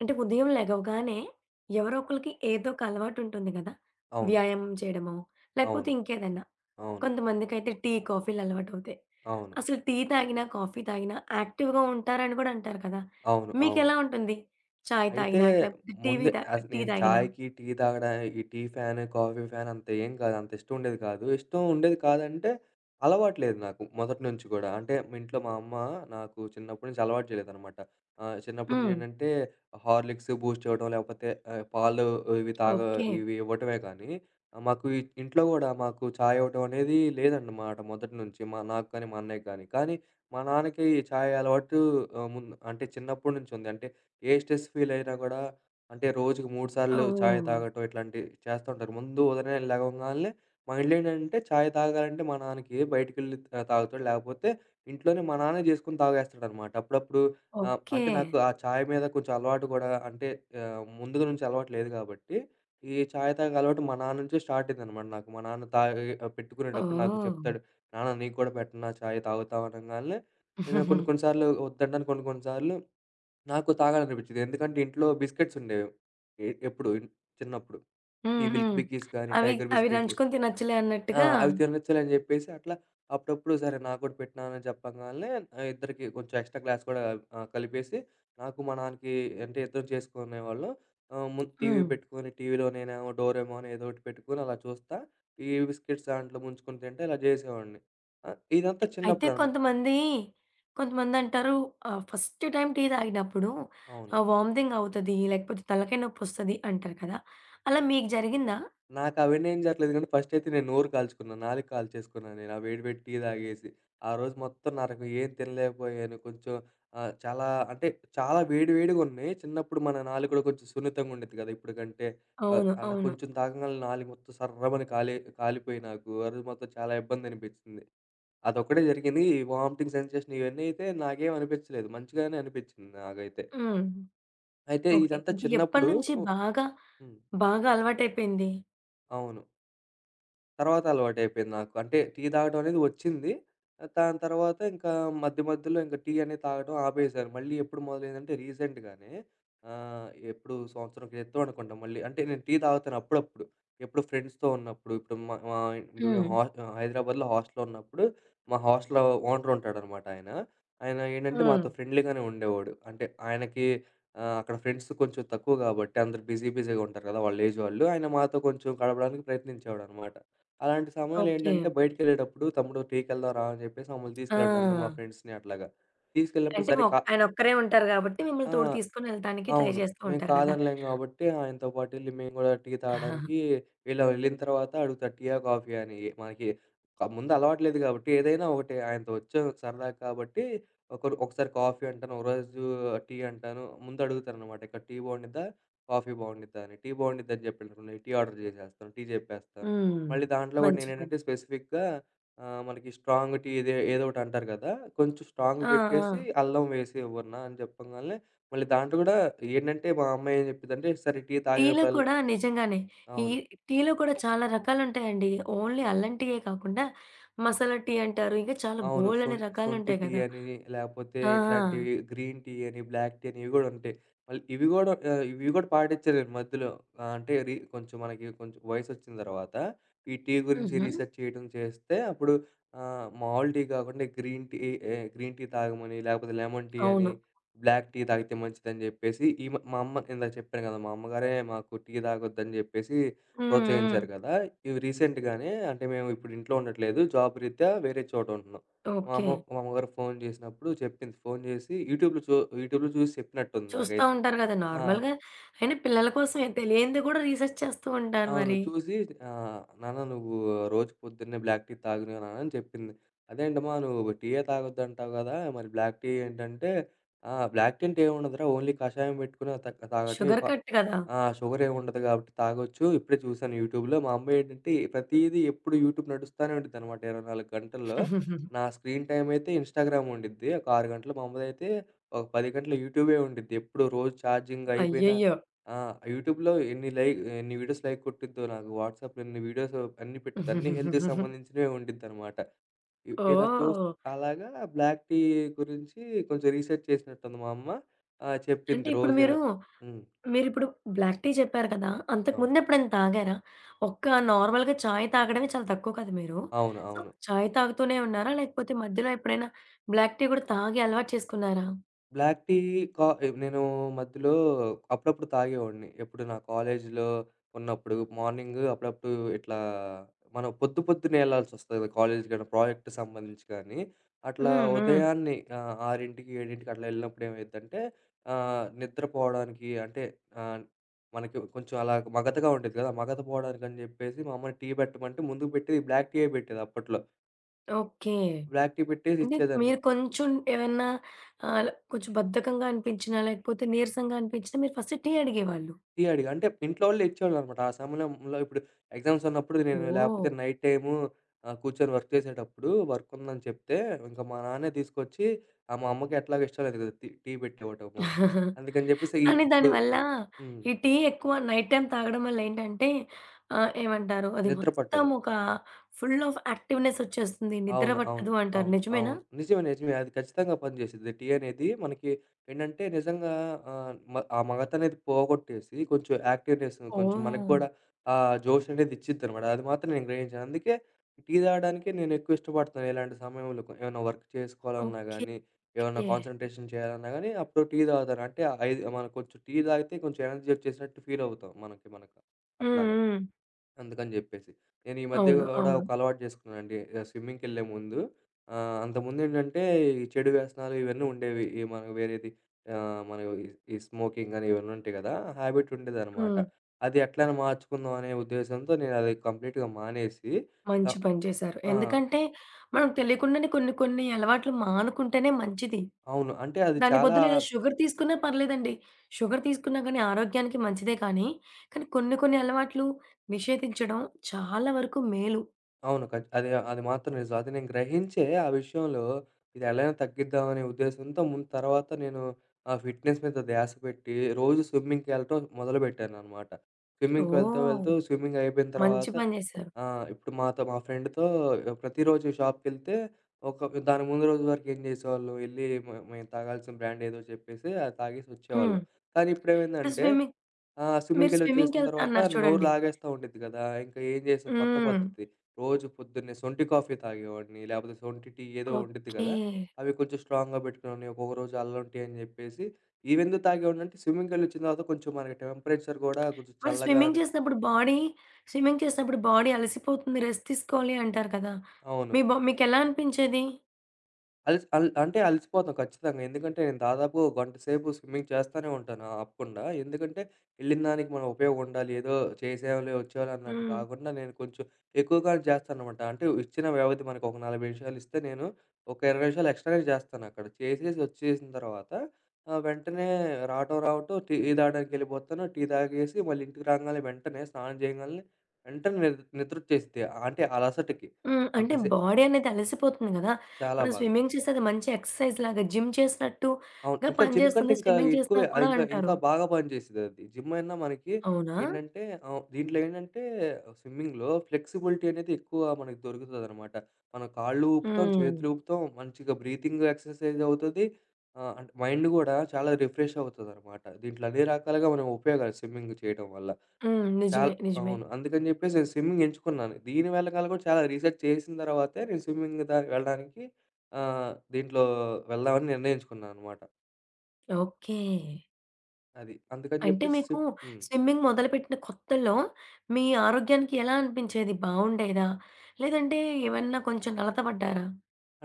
అంటే ఉదయం లెగవగానే ఎవరో ఒకళ్ళకి ఏదో ఒక అలవాటుంటుంది గదా! అవును. వ్యాయామం చేయడమో, లేకపోతే అవును. ఇంకేదన్నా. అవును. కొంతమందికైతే టీ, కాఫీలు అలవాటవుతాయి. అవును. అసలు టీ తాగినా, కాఫీ తాగినా యాక్టివ్‌గా ఉంటారని గూడా అంటారు కదా! అవును. అవును. అవును. మీకెలా ఉంటుంది? చాయ్ అయితే తాగినా, లేకపోతే టీవీ ముందే తా అసలు టీ నేను తాగినా? చాయ్‌కి, టీ తాగడా ఈ టీ ఫ్యాన్, కాఫీ ఫ్యాన్ అంత ఏం కాదు. అంత ఇష్టం ఉండేది కాదు. ఇష్టం ఉండేది కాదంటే అలవాట్లేదు నాకు మొదటి నుంచి గూడా. అంటే మా ఇంట్లో మా అమ్మ నాకు చిన్నప్పటి నుంచి అలవాటు చేయలేదనమాట. చిన్నప్పటి నుంచి హ్మ్. ఏంటంటే హార్లిక్స్, బూస్ట్ ఇవ్వడం లేకపోతే పాలు ఇవి తాగ ఓకే. ఇవి ఇవ్వటమే కానీ మాకు ఇంట్లో గూడా మాకు చాయ్ ఇవ్వటం అనేది లేదన్నమాట మొదటి నుంచి. మా నాకు కానీ, మా అన్నయ్యకి కానీ. కానీ మా నాన్నకి చాయ్ అలవాటు ముందు అంటే చిన్నప్పటి నుంచి ఉంది. అంటే ఏ స్ట్రెస్ ఫీల్ అయినా గూడా అంటే రోజుకి 3 సార్లు చాయ్ ఓహ్! తాగటం ఇట్లాంటివి చేస్తా ఉంటారు. ముందు ఉదయాన్నే లెగవగాల్నే మా ఇంట్లో ఏంటంటే చాయ్ తాగాలంటే మా నాన్నకి బయటికెళ్ళి తాగుతాడు. లేకపోతే ఇంట్లోనే మా నాన్నే చేసుకొని తాగేస్తాడనమాట. అప్పుడప్పుడు ఓకే. అంటే నాకు ఆ చాయ్ మీద కొంచెం అలవాటు గూడా అంటే ముందుగా నుంచి అలవాటు లేదు గాబట్టి, ఈ చాయ్ తాగే అలవాటు మా నాన్న నుంచే స్టార్ట్ అయిందనమాట నాకు. మా నాన్న తాగి పెట్టుకునేటప్పుడు నాకు ఓహ్! చెప్తాడు. "నాన్న నీకు కూడా పెట్టనా చాయ్ తాగుతావా?" అనంగాల్నే నేను కొన్ని హ్మ్. కొన్ని సార్లు వద్దంటాను. కొన్ని కొన్ని సార్లు నాకు తాగాలనిపించేది. ఎందుకంటే ఇంట్లో బిస్కెట్స్ ఉండేవి. ఎ ఎప్పుడు ఇన్- చిన్నప్పుడు. హ్మ్. ఈ మిల్క్ బిక్కీస్ గాని, అవి టైగర్ అవి బిస్కెట్‌లు. నంచుకొని తినొచ్చులే ఆ! అన్నట్టుగా అవి తినొచ్చులే అని చెప్పేసి అట్లా అప్పుడప్పుడు సరే నాకు కూడా పెట్టినానని చెప్పంగాల్నే ఇద్దరికి కొంచెం ఎక్స్‌ట్రా గ్లాస్ కూడా కలిపేసి నాకు మా నాన్నకి అంటే ఇద్దరం చేసుకునేవాళ్ళం. ముందు టీవీ హ్మ్. పెట్టుకొని టీవీలో నేనేమో డోరేమోన్ ఏదో ఒకటి పెట్టుకొని అలా చూస్తా. ఈ బిస్కెట్స్ దాంట్లో ముంచుకొని తింటే ఇలా చేసేవాడిని. ఇదంతా అయితే చిన్నప్పుడనమా కొంతమందంటారు ఫస్ట్ టైమ్ టీ తాగినప్పుడు అవును. వామిటింగ్ అవుతది. లేకపోతే తలకాయ నొప్పొస్తది అంటారు కదా! అలా మీకు జరిగిందా? నాకు అవన్నీ ఏం జరగలేదు కానీ ఫస్ట్ అయితే నేను నోరు కాల్చుకున్నా. నాలుక కాల్చేసుకున్నా నేను. ఆ వేడి వేడి టీ తాగేసి. ఆ రోజు మొత్తం నాకు ఏం తినలేకపోయాను. కొంచెం చాలా అంటే చాలా వేడి వేడిగా ఉన్నాయి. చిన్నప్పుడు మన నాలుక కూడా కొంచెం సున్నితంగా ఉండేది కదా! ఇప్పుడు కంటే. అవును. అలా అవును. కొంచెం తాగంగాల్నే నాలుక మొత్తం సర్రమని కాలిపోయి నాకు ఆ రోజు మొత్తం చాలా ఇబ్బంది అనిపించింది. అదొక్కటే జరిగింది. ఈ వామిటింగ్ సెన్సేషన్ ఇవన్నీ అయితే నాకేం అనిపించలేదు. మంచిగానే అనిపించింది నాకైతే. హ్మ్. అయితే ఓకే. ఇదంతా ఇంక చిన్నప్పుడు ఎప్పటినుంచి బాగా, హ్మ్. బాగా అలవాటైపోయింది? అవును. తర్వాత అలవాటయిపోయింది నాకు. అంటే టీ తాగడం అనేది వచ్చింది. దాని తర్వాత ఇంకా మధ్య మధ్యలో ఇంక టీ అనేది తాగడం ఆపేశాను. మళ్ళీ ఎప్పుడు మొదలైందంటే రీసెంట్‌గానే ఎప్పుడు సంవత్సరం క్రితం అనుకుంటా మళ్ళీ. అంటే నేను టీ తాగుతాను అప్పుడప్పుడు. ఎప్పుడు ఫ్రెండ్స్‌తో ఉన్నప్పుడు, ఇప్పుడు మా మా ఇప్పుడు హ్మ్. హా హైదరాబాద్‌లో హాస్టల్‌లో ఉన్నప్పుడు మా హాస్టల్ ఓనర్ ఉంటాడనమాట ఆయన. ఆయన ఏంటంటే హ్మ్. మాతో ఫ్రెండ్లీగానే ఉండేవాడు. అంటే ఆయనకి అక్కడ ఫ్రెండ్స్ కొంచెం తక్కువ కాబట్టి అందరూ బిజీ బిజీగా ఉంటారు కదా! వాళ్ళ ఏజ్ వాళ్ళు. ఆయన మాతో కొంచెం గడపడానికి ప్రయత్నించేవాడనమాట. అలాంటి సమయంలో ఓకే. ఏంటంటే బయటికెళ్ళేటప్పుడు "తమ్ముడు టీకెళ్దాం రా" అని చెప్పేసి మమ్మల్ని తీసుకెళ్ళాడు. నన్ను, మా ఆ! ఫ్రెండ్స్‌ని అట్లాగా. తీసుకెళ్ళినప్పుడు అంటే సరే కా ఆయన ఒక్కరే ఉంటారు గాబట్టి మిమ్మల్ని ఆ! తోడు తీసుకొని ఎళ్ళటానికి ట్రై అవును. చేస్తూ మేము ఉంటారు గదా! కాదనలేం గాబట్టి ఆయనతో పాటెళ్లి మేము గూడా టీ తాగడానికి ఇలా వెళ్ళిన తర్వాత అడుగుతా టీయా? కాఫీయా? అని. మనకి క ముందు అలవాటు లేదు గాబట్టి ఏదైనా ఒకటే. ఆయనతో వచ్చాం సరదాగా కాబట్టి ఒకరు ఒకసారి కాఫీ అంటాను. ఒకరోజు టీ అంటాను. ముందు అడుగుతాననమాట. ఇక్కడ టీ బావుండిద్దా? కాఫీ బావుండిద్దా? అని. టీ బావుండిద్దని చెప్పాననుకోండి టీ ఆర్డర్ జేసేస్తాను. టీ జెప్పేస్తాను. హ్మ్. మళ్ళీ దాంట్లో గూడా మంచి పని. నేనేంటంటే స్పెసిఫిక్‌గా మనకి స్ట్రాంగ్ టీ ఇదే ఏదో ఒకటి అంటారు గదా! కొంచెం స్ట్రాంగ్ ఆ! ఆ! పెట్టేసి అల్లం వేసి ఇవ్వన్నా అని చెప్పంగాల్నే మళ్ళీ దాంట్లో గూడా ఏంటంటే, మా అమ్మ ఏం జెప్పిద్దంటే, సరే టీ టీలో తాగినప్పుడల్లా కూడా నిజంగానే. ఈ అవును. టీలో కూడా చాలా రకాలుంటాయండి. ఓన్లీ అల్లం టీయే కాకుండా మసాలా టీ అంటారు. ఇంకా చాలా అవును. సొం బోలెడన్ని సొంటి రకాలుంటాయి టీ గదా! అని, లేపోతే ఆ! ఆ! ఇట్లాంటివి గ్రీన్ టీ అని, బ్లాక్ టీ అని ఇవి గూడా ఉంటాయి. మళ్ళీ ఇవి గూడా ఇవి గూడా పాటిచ్చాను నేను మధ్యలో. అంటే రీ కొంచెం మనకి కొంచెం వయసొచ్చిన తర్వాత, ఈ టీ గురించి హుహు. రీసెర్చ్ చేయడం చేస్తే అప్పుడు మామూలు టీ గాకుండా గ్రీన్ టీ ఏ గ్రీన్ టీ తాగమని, లేపోతే లెమన్ టీ అని, అవును. బ్లాక్ టీ తాగితే మంచిదని జెప్పేసి ఈ మ మా అమ్మ ఇందాక చెప్పాను గదా! మా అమ్మగారే మాకు టీ తాగొద్దని జెప్పేసి హ్మ్. హ్మ్. ప్రోత్సహించారు గదా! ఇవి రీసెంట్‌గానే అంటే మేము ఇప్పుడు ఇంట్లో ఉండట్లేదు. జాబ్ రీత్యా వేరే చోట ఉంటున్నాం. ఓకే. మా అమ్మగారు ఫోన్ జేసినప్పుడు చెప్పింది. ఫోన్ జేసి యూట్యూబ్‌లో చూ యూట్యూబ్‌లో చూసి చెప్పినట్టుంది చూస్తా నాకైతే. ఉంటారు గదా! ఆ! నార్మల్‌గా అయినా పిల్లల కోసమే తెలియంది గూడా రీసెర్చ్ చేస్తూ ఉంటారు అవును. మరి. చూసి "నాన్న నువ్వు రోజు పొద్దున్నే బ్లాక్ టీ తాగు నాన్న" అని చెప్పింది. "అదేంటమ్మా నువ్వు టీయే తాగొద్దంటావు గదా! మరి బ్లాక్ టీ ఏంటంటే" "ఆ! బ్లాక్ టీ అంటే ఏముండదురా ఓన్లీ కషాయం పెట్టుకొని త తాగటే షుగర్ ప కట్ కదా! ఆ! షుగర్ ఏమి ఉండదు కాబట్టి తాగొచ్చు. ఇప్పుడే చూసాను యూట్యూబ్‌లో" మా అమ్మ ఏంటంటే ప్రతీదీ ఎప్పుడు యూట్యూబ్ నడుస్తానే ఉండిద్దనమాట 24 గంటల్లో. నా స్క్రీన్ టైమ్ అయితే ఇన్‌స్టాగ్రామ్ ఉండిద్ది. ఒక 6 గంటలు. మా అమ్మదైతే ఒక 10 గంటలు యూట్యూబే ఉండిద్ది. ఎప్పుడు రోజు ఛార్జింగ్ అయిపోయినా అయ్యయ్యో! ఆ! యూట్యూబ్‌లో ఎన్ని లైక్ ఎన్ని వీడియోస్ లైక్ కొట్టిద్దో నాకు వాట్సాప్‌లో ఎన్ని వీడియోస్ అన్నీ పెట్టిద్ది. అన్నీ హెల్త్‌కి ఓహ్! సంబంధించినవే ఉండిద్దనమాట. ఇ ఇలా చూస్ అలాగా బ్లాక్ టీ గురించి కొంచెం రీసెర్చ్ చేసినట్టుంది మా అమ్మ. అంటే చెప్పింది ఇప్పుడు రోజు మీరు ఇలా హ్మ్. మీరిప్పుడు బ్లాక్ టీ చెప్పారు కదా! అంతకు అవును. ముందెప్పుడైనా తాగారా? ఒక్క నార్మల్‌గా చాయ్ తాగడమే చాలా తక్కువ కదా మీరు. అవును. సో, అవును. చాయ్ తాగుతూనే ఉన్నారా? లేకపోతే మధ్యలో ఎప్పుడైనా బ్లాక్ టీ గూడా తాగి అలవాటు చేసుకున్నారా? బ్లాక్ టీ కా ఎవ్ నేను మధ్యలో అప్పుడప్పుడు తాగేవాడిని. ఎప్పుడు నా కాలేజీలో ఉన్నప్పుడు మార్నింగ్ అప్పుడప్పుడు ఇట్లా మనం పొద్దు పొద్దున్నే ఎళ్ళాల్సొస్తది కాలేజీకి గాని, ప్రాజెక్ట్‌కి సంబంధించి కానీ. అట్లా హ్మ్. హ్మ్. ఉదయాన్నే 6:00, 7:00కి అట్లా ఎళ్ళినప్పుడు ఏమైద్దంటే నిద్రపోవడానికి అంటే ఆహ్, మనకి కొంచెం అలా మగతగా ఉండేది కదా! మగత పోవడానికని చెప్పేసి మా అమ్మ టీ పెట్టమంటే ముందుకు పెట్టేది బ్లాక్ టీయే పెట్టేది అప్పట్లో. ఓకే. బ్లాక్ టీ పెట్టేసి అంటే ఇచ్చేదనమాట. మీరు కొంచెం ఏమన్నా కొంచెం బద్ధకంగా అనిపించినా, లేకపోతే నీరసంగా అనిపించినా మీరు ఫస్ట్ టీ అడిగేవాళ్ళు. థియరీగా. అంటే ఇంట్లో వాళ్ళే ఇచ్చేవాళ్ళనమాట. ఆ సమయంలో ఇప్పుడు ఎగ్జామ్స్ ఉన్నప్పుడు నేను లేకపోతే ఓహ్! నైట్ టైము కూర్చొని వర్క్ చేసేటప్పుడు వర్క్ ఉందని చెప్తే, ఇంక మా నాన్నే తీసుకొచ్చి మా అమ్మకి ఎట్లాగో ఇష్టం లేదు కదా! టీ టీ పెట్టివ్వటము. అందుకని చెప్పేసి ఈ- కానీ ఇప్పుడు దానివల్ల హ్మ్. ఈ టీ ఎక్కువ నైట్ టైమ్ తాగడం వల్ల ఏంటంటే ఏమంటారు? అది నిద్ర మొత్తం పట్టదు. ఒక ఫుల్ ఆఫ్ యాక్టివ్‌నెస్ వచ్చేస్తుంది. నిద్ర అవును. అవును. పట్టదు అంటారు. అవును. నిజమేనా? అవును. నిజమే. నిజమే. అది ఖచ్చితంగా పనిచేసిద్ది. టీ అనేది మనకి ఏంటంటే నిజంగా మ ఆ మగతనేది పోగొట్టేసి కొంచెం యాక్టివ్‌నెస్ కొంచెం మనకు ఓహ్! కూడా ఆ జోష్ అనేది ఇచ్చిద్దనమాట. అది మాత్రం నేను గ్రహించాను. అందుకే టీ తాగడానికి నేను ఎక్కువ ఇష్టపడతాను ఇలాంటి సమయంలో. కొ- ఏమైనా వర్క్ చేసుకోవాలన్నా గానీ, ఏమన్నా ఓకే. కాన్సంట్రేషన్ చేయాలన్నా గానీ అప్పుడు టీ తాగుతాను. అంటే ఐదు మనం కొంచెం టీ తాగితే కొంచెం ఎనర్జీ వచ్చేసినట్టు ఫీల్ అవుతాం మనకి మనక హ్మ్. అట్లాగా. హ్మ్. అందుకని జెప్పేసి. నేను ఈ మధ్య అవును. గూడా అవును. ఒక అలవాటు జేసుకున్నానండి. స్విమ్మింగ్‌కెళ్ళే ముందు అంతకుముందేంటంటే ఈ చెడు వ్యసనాలు ఇవన్నీ ఉండేవి. ఈ మన వేరేది మన ఈ ఈ స్మోకింగ్ అని ఇవన్నీ ఉంటాయి గదా! హ్యాబిట్ ఉండేదనమాట. హ్మ్. అది ఎట్లైనా మార్చుకుందాం అనే ఉద్దేశంతో నేనది కంప్లీట్‌గా మానేసి క మంచి పని చేశారు. ఆ! ఎందుకంటే, మనం తెలియకుండానే కొన్ని కొన్ని అలవాట్లు మానుకుంటేనే మంచిది. అవును. అంటే అది దాని చాలా బదులు ఇలా షుగర్ తీసుకున్నా పర్లేదండి. షుగర్ తీసుకున్నా గానీ ఆరోగ్యానికి మంచిదే కానీ, కానీ కొన్ని కొన్ని అలవాట్లు నిషేధించడం చాలా వరకు మేలు. అవును. ఖచ్ అది అది మాత్రం నిజం. అది నేను గ్రహించే ఆ విషయంలో ఇది ఎలాగైనా తగ్గిద్దామనే ఉద్దేశంతో ముందు తర్వాత నేను ఆ ఫిట్‌నెస్ మీద ధ్యాస పెట్టి రోజు స్విమ్మింగ్‌కెళ్ళటం మొదలుపెట్టాననమాట. స్విమ్మింగ్‌కి వెళ్తూ, ఓహ్! వెళ్తూ స్విమ్మింగ్ అయిపోయిన మంచి తర్వాత పని చేశారు. ఇప్పుడు మాతో మా ఫ్రెండ్‌తో ప్రతిరోజు షాప్‌కెళ్తే ఒక దాని ముందు రోజు వరకు ఏం చేసేవాళ్ళం, ఎళ్లి మ మేము తాగాల్సిన బ్రాండ్ ఏదో చెప్పేసి అది తాగేసి హ్మ్. వచ్చేవాళ్ళం. కానీ ఇప్పుడు ఇప్పుడేమైందంటే స్విమ్మింగ్ ఆ! మీరు స్విమ్మింగ్‌కెళ్ళొచ్చేసిన స్విమ్మింగ్‌కెళ్తా తర్వాత అన్నారు నోరు చూడండి. లాగేస్తా ఉండిద్ది కదా! ఇంక ఏం చేసాం కొత్త హ్మ్. పద్ధతి. రోజు పొద్దున్నే సొంటి కాఫీ తాగేవాడిని. లేకపోతే సొంటి టీ ఏదో ఉండిద్ది ఓకే. కదా! అవి కొంచెం స్ట్రాంగ్‌గా పెట్టుకునేవాడిని. ఒక్కొక్క రోజు అల్లం టీ అని చెప్పేసి. ఇవెందుకు తాగేవాడినంటే స్విమ్మింగ్‌కెళ్ళొచ్చిన తర్వాత కొంచెం మనకి టెంపరేచర్ కూడా కొంచెం మరి చల్లగా స్విమ్మింగ్ చేసినప్పుడు బాడీ అలసిపోతుంది. రెస్ట్ తీసుకోవాలి అంటారు కదా! అవును. మీ బా మీకెలా అనిపించేది? అలిసి అల్ అంటే అలిసిపోతాం ఖచ్చితంగా. ఎందుకంటే నేను దాదాపు గంట సేపు స్విమ్మింగ్ చేస్తానే ఉంటాను ఆపకుండా. ఎందుకంటే ఎళ్ళిన దానికి మనం ఉపయోగం ఉండాలి. ఏదో చేసాంలే వచ్చేవాళ్ళే అన్నట్టు హ్మ్. కాకుండా నేను కొంచెం ఎక్కువగానే చేస్తాననమాట. అంటే ఇచ్చిన వ్యవధి మనకు ఒక 40 నిమిషాలు ఇస్తే నేను ఒక 20 నిమిషాలు ఎక్స్‌ట్రానే చేస్తానక్కడ. చేసేసి వచ్చేసిన తర్వాత వెంటనే రావటం రావటం టీ తాగడానికెళ్ళిపోతాను. టీ తాగేసి మళ్ళీ ఇంటికి రాంగానే వెంటనే స్నానం చేయంగాల్నే వెంటనే నిద్ నిద్రొచ్చేసిద్ది. అంటే అలసటకి. హ్మ్. అంత అంటే సే బాడీ అనేది అలసిపోతుంది గదా! చాలా మనం బాగా. స్విమ్మింగ్ చేస్తే అది మంచి ఎక్సర్‌సైజ్‌లాగా జిమ్ అవును. చేసినట్టుగా జిమ్ కంటే పనిచేస్తుంది. ఇంకా స్విమ్మింగ్ చేసినా ఎక్కువే. అది కూడా ఇంకా ఇంకా అంటారు. బాగా పనిచేసేదది. జిమ్ అయినా మనకి అవునా? ఏంటంటే దీంట్లో ఏంటంటే స్విమ్మింగ్‌లో ఫ్లెక్సిబిలిటీ అనేది ఎక్కువ మనకు దొరుకుతదనమాట. మనం కాళ్ళు ఊపుతాం, హ్మ్. చేతులు ఊపుతాం, మంచిగా బ్రీతింగ్ ఎక్సర్‌సైజ్ అవుతది. అంటే మైండ్ గూడా చాలా రిఫ్రెష్ అవుతదనమాట. దీంట్లో అన్ని రకాలుగా మనం ఉపయోగాలు స్విమ్మింగ్ చేయడం వల్ల. హ్మ్. చాల్ నిజమే. నిజమే. అవును. అందుకని జెప్పేసి నేను స్విమ్మింగ్ ఎంచుకున్నాను. దీని వెనకాల కూడా చాలా రీసెర్చ్ చేసిన తర్వాతే నేను స్విమ్మింగ్ దానికి వెళ్ళడానికి దీంట్లో వెళ్దామని నిర్ణయించుకున్నాననమాట. ఓకే. అది. అందుకని అంటే జెప్పేసి మీకు సిప్ హ్మ్. స్విమ్మింగ్ మొదలుపెట్టిన కొత్తలో మీ ఆరోగ్యానికి ఎలా అనిపించేది? బావుండేదా? లేదంటే ఏమన్నా కొంచెం అలత పడ్డారా?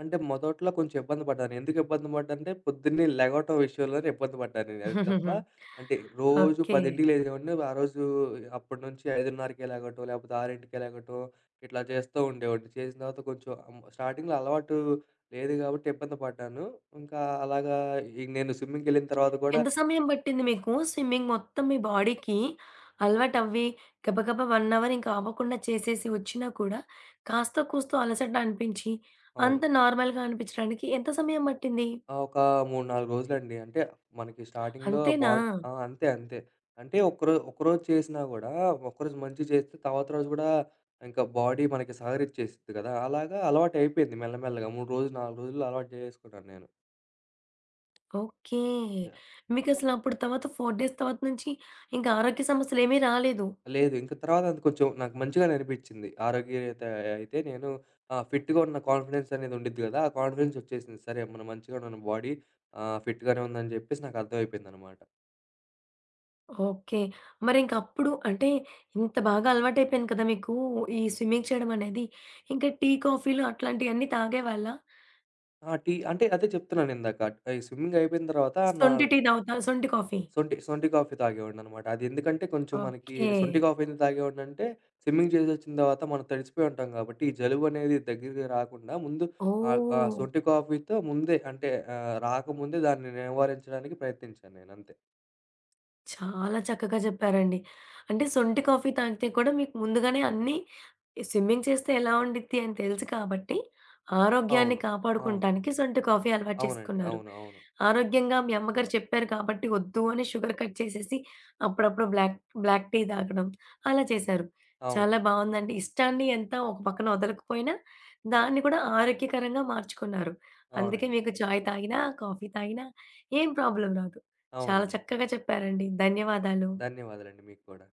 అంటే మొదట్లో కొంచెం ఇబ్బంది పడ్డాను. ఎందుకు ఇబ్బంది పడ్డానంటే పొద్దున్నే లెగవటం విషయంలోనే ఇబ్బంది పడ్డాను నేను. అది తప్ప అంటే రోజు ఓకే. 10కి లేచేవాడిని. ఆ రోజు అప్పటి నుంచి 5:30కే లెగవటం, లేకపోతే 6కే లెగవటం ఇట్లా చేస్తూ ఉండేవాడిని. చేసిన తర్వాత కొంచెం అమ్ స్టార్టింగ్‌లో అలవాటు లేదు కాబట్టి ఇబ్బంది పడ్డాను. ఇంకా అలాగా ఈ నేను స్విమ్మింగ్‌కెళ్ళిన తర్వాత గూడా ఎంత సమయం పట్టింది మీకు స్విమ్మింగ్ మొత్తం మీ బాడీకి అలవాటవ్వి గబగబా 1 అవర్ ఇంక అవ్వకుండా చేసేసి వచ్చినా కూడా కాస్తో కూస్తో అలసట అనిపించి అవును. అంత నార్మల్‌గా అనిపించడానికి ఎంత సమయం పట్టింది? ఆ! ఒక 3, 4 రోజులండి. అంటే మనకి స్టార్టింగ్‌లో అంతేనా? బాడ్ ఆ! అంతే అంతే. అంటే ఒక్కరో ఒకరోజు చేసినా గూడా ఒక్కరోజు మంచిగా చేస్తే తర్వాత రోజు గూడా ఇంకా బాడీ మనకి సహకరిచ్చేసిద్ది కదా! అలాగా అలవాటయిపోయింది మెల్లమెల్లగా. 3 రోజులు, 4 రోజుల్లో అలవాటు జేసేసుకున్నాను నేను. ఓకే. యాహ్! మీకసలు అప్పుడు తర్వాత 4 డేస్ తర్వాత నుంచి ఇంక ఆరోగ్య సమస్యలేమీ రాలేదు. లేదు ఇంక తర్వాత అది కొంచెం నాకు మంచిగానే అనిపిచ్చింది. ఆరోగ్యరీత్యా అయితే నేను ఫిట్‌గా ఉన్న కాన్ఫిడెన్స్ అనేది ఉండిద్ది గదా! ఆ కాన్ఫిడెన్స్ వచ్చేసింది. సరే మనం మంచిగానే ఉన్న బాడీ ఫిట్‌గానే ఉందని జెప్పేసి నాకు అర్థమైపోయిందనమాట. ఓకే. మరింకప్పుడు అంటే ఇంత బాగా అలవాటైపోయింది కదా! మీకు ఈ స్విమ్మింగ్ చేయడం అనేది. ఇంకా టీ, కాఫీలు అట్లాంటియన్నీ తాగేవాళ్ళా? ఆ! టీ అంటే అదే చెప్తున్నానిందాక. ఈ స్విమ్మింగ్ అయిపోయిన తర్వాత నా సొంటి టీ తాగుతా సొంటి కాఫీ. సొంటి కాఫీ తాగేవాడిననమాట. అదెందుకంటే కొంచెం మనకి ఓకే. సొంటి కాఫీ ఎందుకు తాగేవాడినంటే, స్విమ్మింగ్ చేసొచ్చిన తర్వాత మనం తడిసిపోయి ఉంటాం కాబట్టి, ఈ జలుబనేది దగ్గరికి రాకుండా ముందు ఆహ్, ఆహ్, ఓహ్! సొంటి కాఫీతో ముందే అంటే రాకముందే దాన్ని నివారించడానికి ప్రయత్నించాను నేను అంతే. చాలా చక్కగా చెప్పారండి. అంటే సొంటి కాఫీ తాగితే కూడా మీకు ముందుగానే అన్నీ స్విమ్మింగ్ చేస్తే ఎలా ఉండిద్ది అని తెలుసు కాబట్టి, ఆరోగ్యాన్ని అవును. అవును. కాపాడుకుంటానికి సొంటి కాఫీ అలవాటు అవునండి. చేసుకున్నారు. అవును. అవును. ఆరోగ్యంగా మీ అమ్మగారు చెప్పారు కాబట్టి వద్దు అని షుగర్ కట్ చేసేసి అప్పుడప్పుడు బ్లాక్ బ్లాక్ టీ తాగడం అలా చేశారు. అవును. చాలా బావుందండి. ఇష్టాన్ని ఎంత ఒక పక్కన వదలకపోయినా దాన్ని కూడా ఆరోగ్యకరంగా మార్చుకున్నారు. అందుకే అవునండి. మీకు చాయ్ తాగినా, కాఫీ తాగినా ఏం ప్రాబ్లమ్ రాదు. చాలా అవునండి. చక్కగా చెప్పారండి. ధన్యవాదాలు. ధన్యవాదాలండి మీకు కూడా.